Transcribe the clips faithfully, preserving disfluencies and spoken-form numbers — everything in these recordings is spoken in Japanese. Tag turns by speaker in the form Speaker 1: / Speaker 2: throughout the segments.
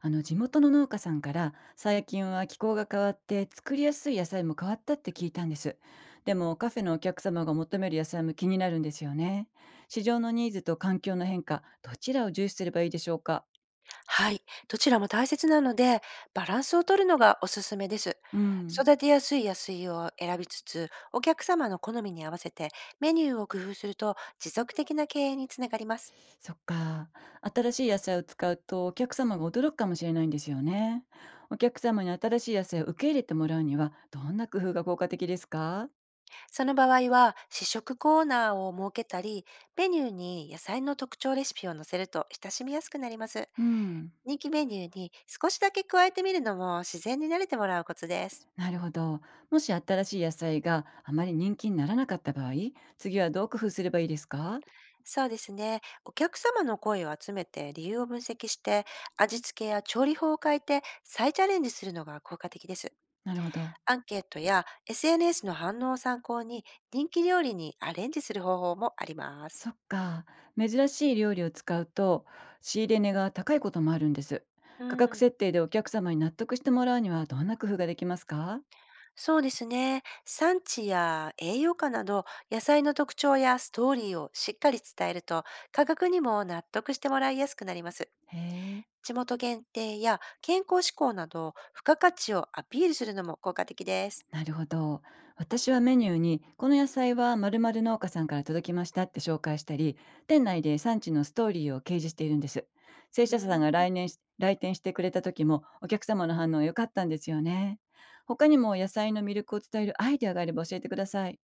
Speaker 1: あの地元の農家さんから最近は気候が変わって作りやすい野菜も変わったって聞いたんです。でもカフェのお客様が求める野菜も気になるんですよね。市場のニーズと環境の変化、どちらを重視すればいいでしょうか？
Speaker 2: はい、どちらも大切なので、バランスを取るのがおすすめです。
Speaker 1: うん。
Speaker 2: 育てやすい野菜を選びつつ、お客様の好みに合わせてメニューを工夫すると持続的な経営につながります。
Speaker 1: そっか。新しい野菜を使うとお客様が驚くかもしれないんですよね。お客様に新しい野菜を受け入れてもらうにはどんな工夫が効果的ですか？
Speaker 2: その場合は、試食コーナーを設けたり、メニューに野菜の特徴レシピを載せると親しみやすくなります。
Speaker 1: うん。
Speaker 2: 人気メニューに少しだけ加えてみるのも自然に慣れてもらうコツです。
Speaker 1: なるほど。もし新しい野菜があまり人気にならなかった場合、次はどう工夫すればいいですか？
Speaker 2: そうですね。お客様の声を集めて理由を分析して、味付けや調理法を変えて再チャレンジするのが効果的です。
Speaker 1: なるほど。
Speaker 2: アンケートや エスエヌエス の反応を参考に人気料理にアレンジする方法もあります。
Speaker 1: そっか。珍しい料理を使うと、仕入れ値が高いこともあるんです。
Speaker 2: う
Speaker 1: 価格
Speaker 2: ん、
Speaker 1: 設定でお客様に納得してもらうにはどんな工夫ができますか？
Speaker 2: そうですね。産地や栄養価など野菜の特徴やストーリーをしっかり伝えると価格にも納得してもらいやすくなります。
Speaker 1: へえ。
Speaker 2: 地元限定や健康志向など付加価値をアピールするのも効果的です。
Speaker 1: なるほど。私はメニューに、この野菜は〇〇農家さんから届きましたって紹介したり、店内で産地のストーリーを掲示しているんです。生
Speaker 2: う
Speaker 1: 産者さん
Speaker 2: ー
Speaker 1: が
Speaker 2: ん、
Speaker 1: 来年し来店してくれた時も、お客様の反応良かったんですよね。他にも野菜の魅力を伝えるアイデアがあれば教えてください。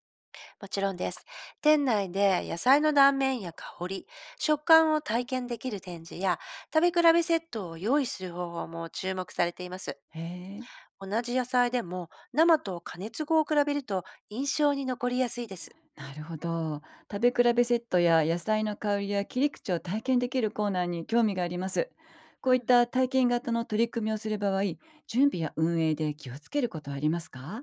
Speaker 2: もちろんです。店内で野菜の断面や香り、食感を体験できる展示や、食べ比べセットを用意する方法も注目されています。
Speaker 1: へえ、
Speaker 2: 同じ野菜でも生と加熱後を比べると印象に残りやすいです。
Speaker 1: なるほど。食べ比べセットや野菜の香りや切り口を体験できるコーナーに興味があります。こ
Speaker 2: う
Speaker 1: ういっ
Speaker 2: ん、
Speaker 1: た体験型の取り組みをする場合、準備や運営で気をつけることはありますか？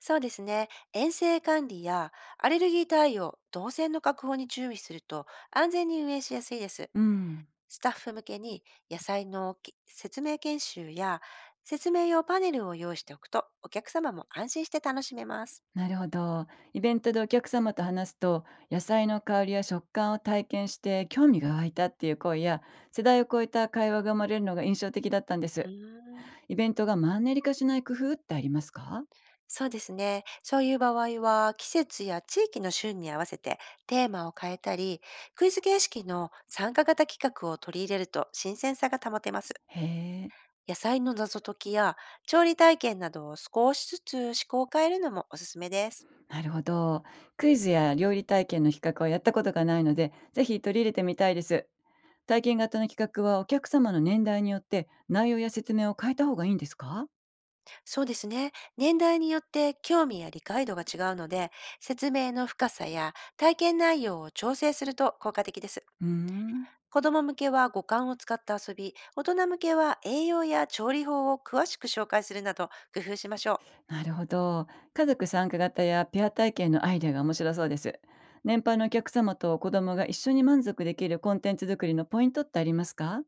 Speaker 2: そうですね。衛生管理やアレルギー対応、動線の確保に注意すると安全に運営しやすいです。
Speaker 1: うん、
Speaker 2: スタッフ向けに野菜のき説明研修や説明用パネルを用意しておくとお客様も安心して楽しめます。
Speaker 1: なるほど。イベントでお客様と話すと、野菜の香りや食感を体験して興味が湧いたっていう声や、世代を超えた会話が生まれるのが印象的だったんで
Speaker 2: う
Speaker 1: す。
Speaker 2: ーん、
Speaker 1: イベントがマンネリ化しない工夫ってありますか？
Speaker 2: そうですね。そういう場合は季節や地域の旬に合わせてテーマを変えたり、クイズ形式の参加型企画を取り入れると新鮮さが保てます。
Speaker 1: へえ、
Speaker 2: 野菜の謎解きや調理体験などを少しずつ思考を変えるのもおすすめです。
Speaker 1: なるほど。クイズや料理体験の比較はやったことがないので、ぜひ取り入れてみたいです。体験型の企画はお客様の年代によって内容や説明を変えた方がいいんですか？
Speaker 2: そうですね。年代によって興味や理解度が違うので、説明の深さや体験内容を調整すると効果的です。
Speaker 1: うーん。
Speaker 2: 子供向けは五感を使った遊び、大人向けは栄養や調理法を詳しく紹介するなど工夫しましょ
Speaker 1: なるほど。家族参加型やペア体験のアイデアが面白そうです。年配のお客様と子供が一緒に満足できるコンテンツ作りのポイントってありますか？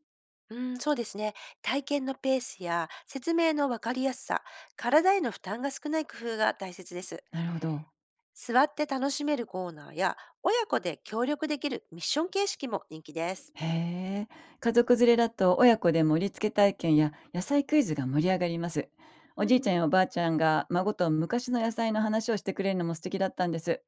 Speaker 2: う。うん、そうですね。体験のペースや説明のわかりやすさ、体への負担が少ない工夫が大切です。
Speaker 1: なるほど。
Speaker 2: 座って楽しめるコーナーや、親子で協力できるミッション形式も人気です。
Speaker 1: へえ。家族連れだと親子で盛り付け体験や野菜クイズが盛り上がります。お
Speaker 2: う
Speaker 1: じいちゃん
Speaker 2: ん、
Speaker 1: やおばあちゃんが孫と昔の野菜の話をしてくれるのも素敵だったんです。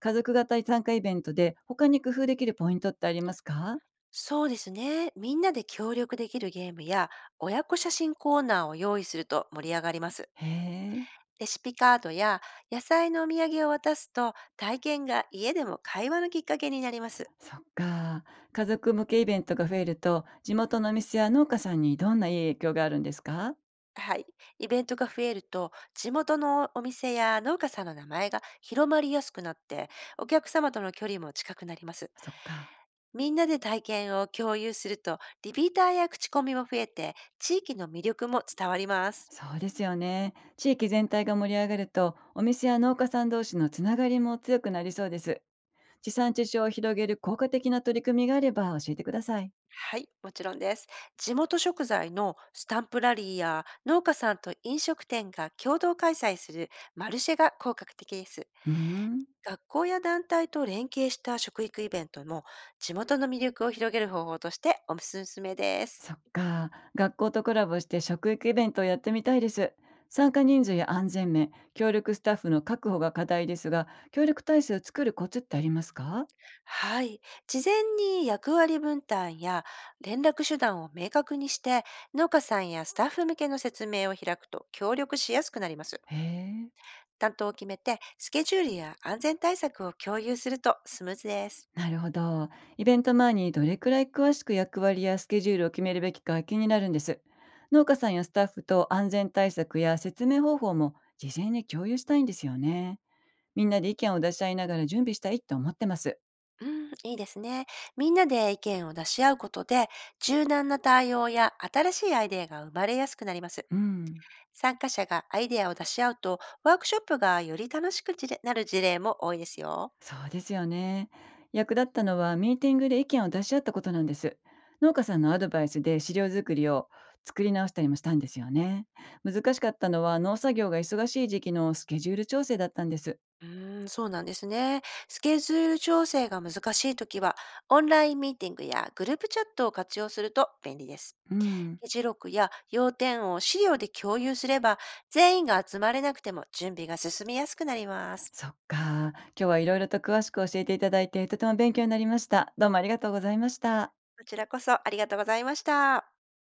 Speaker 1: 家族型参加イベントで他に工夫できるポイントってありますか？
Speaker 2: そうですね。みんなで協力できるゲームや親子写真コーナーを用意すると盛り上がります。
Speaker 1: へえ。
Speaker 2: レシピカードや野菜のお土産を渡すと体験が家でも会話のきっかけになります。
Speaker 1: そっか。家族向けイベントが増えると、地元のお店や農家さんにどんないい影響があるんですか？
Speaker 2: はい。イベントが増えると地元のお店や農家さんの名前が広まりやすくなって、お客様との距離も近くなります。
Speaker 1: そっか。
Speaker 2: みんなで体験を共有するとリピーターや口コミも増えて、地域の魅力も伝わります。
Speaker 1: そうですよね。地域全体が盛り上がると、お店や農家さん同士のつながりも強くなりそうです。地産地消を広げる効果的な取り組みがあれば教えてください。
Speaker 2: はい、もちろんです。地元食材のスタンプラリーや農家さんと飲食店が共同開催するマルシェが効果的です。
Speaker 1: うーん。
Speaker 2: 学校や団体と連携した食育イベントも地元の魅力を広げる方法としておすすめです。
Speaker 1: そっか。学校とコラボして食育イベントをやってみたいです。参加人数や安全面、協力スタッフの確保が課題ですが、協力体制を作るコツってありますか？
Speaker 2: はい。事前に役割分担や連絡手段を明確にして、農家さんやスタッフ向けの説明を開くと協力しやすくなります。
Speaker 1: へえ。
Speaker 2: 担当を決めて、スケジュールや安全対策を共有するとスムーズです。
Speaker 1: なるほど。イベント前にどれくらい詳しく役割やスケジュールを決めるべきか気になるんです。農家さんやスタッフと安全対策や説明方法も事前に共有したいんですよね。みんなで意見を出し合いながら準備したいと思ってます。
Speaker 2: うん、いいですね。みんなで意見を出し合うことで、柔軟な対応や新しいアイデアが生まれやすくなります。
Speaker 1: うん。
Speaker 2: 参加者がアイデアを出し合うと、ワークショップがより楽しくじれなる事例も多いですよ。
Speaker 1: そうですよね。役立ったのはミーティングで意見を出し合ったことなんです。農家さんのアドバイスで資料作りを作り直したりもしたんですよね。難しかったのは農作業が忙しい時期のスケジュール調整だったんです。
Speaker 2: うーん、そうなんですね。スケジュール調整が難しいときは、オンラインミーティングやグループチャットを活用すると便利です。
Speaker 1: うん。
Speaker 2: 議事録や要点を資料で共有すれば、全員が集まれなくても準備が進みやすくなります。
Speaker 1: そっか。今日はいろいろと詳しく教えていただいて、とても勉強になりました。どうもありがとうございました。
Speaker 2: こちらこそありがとうございました。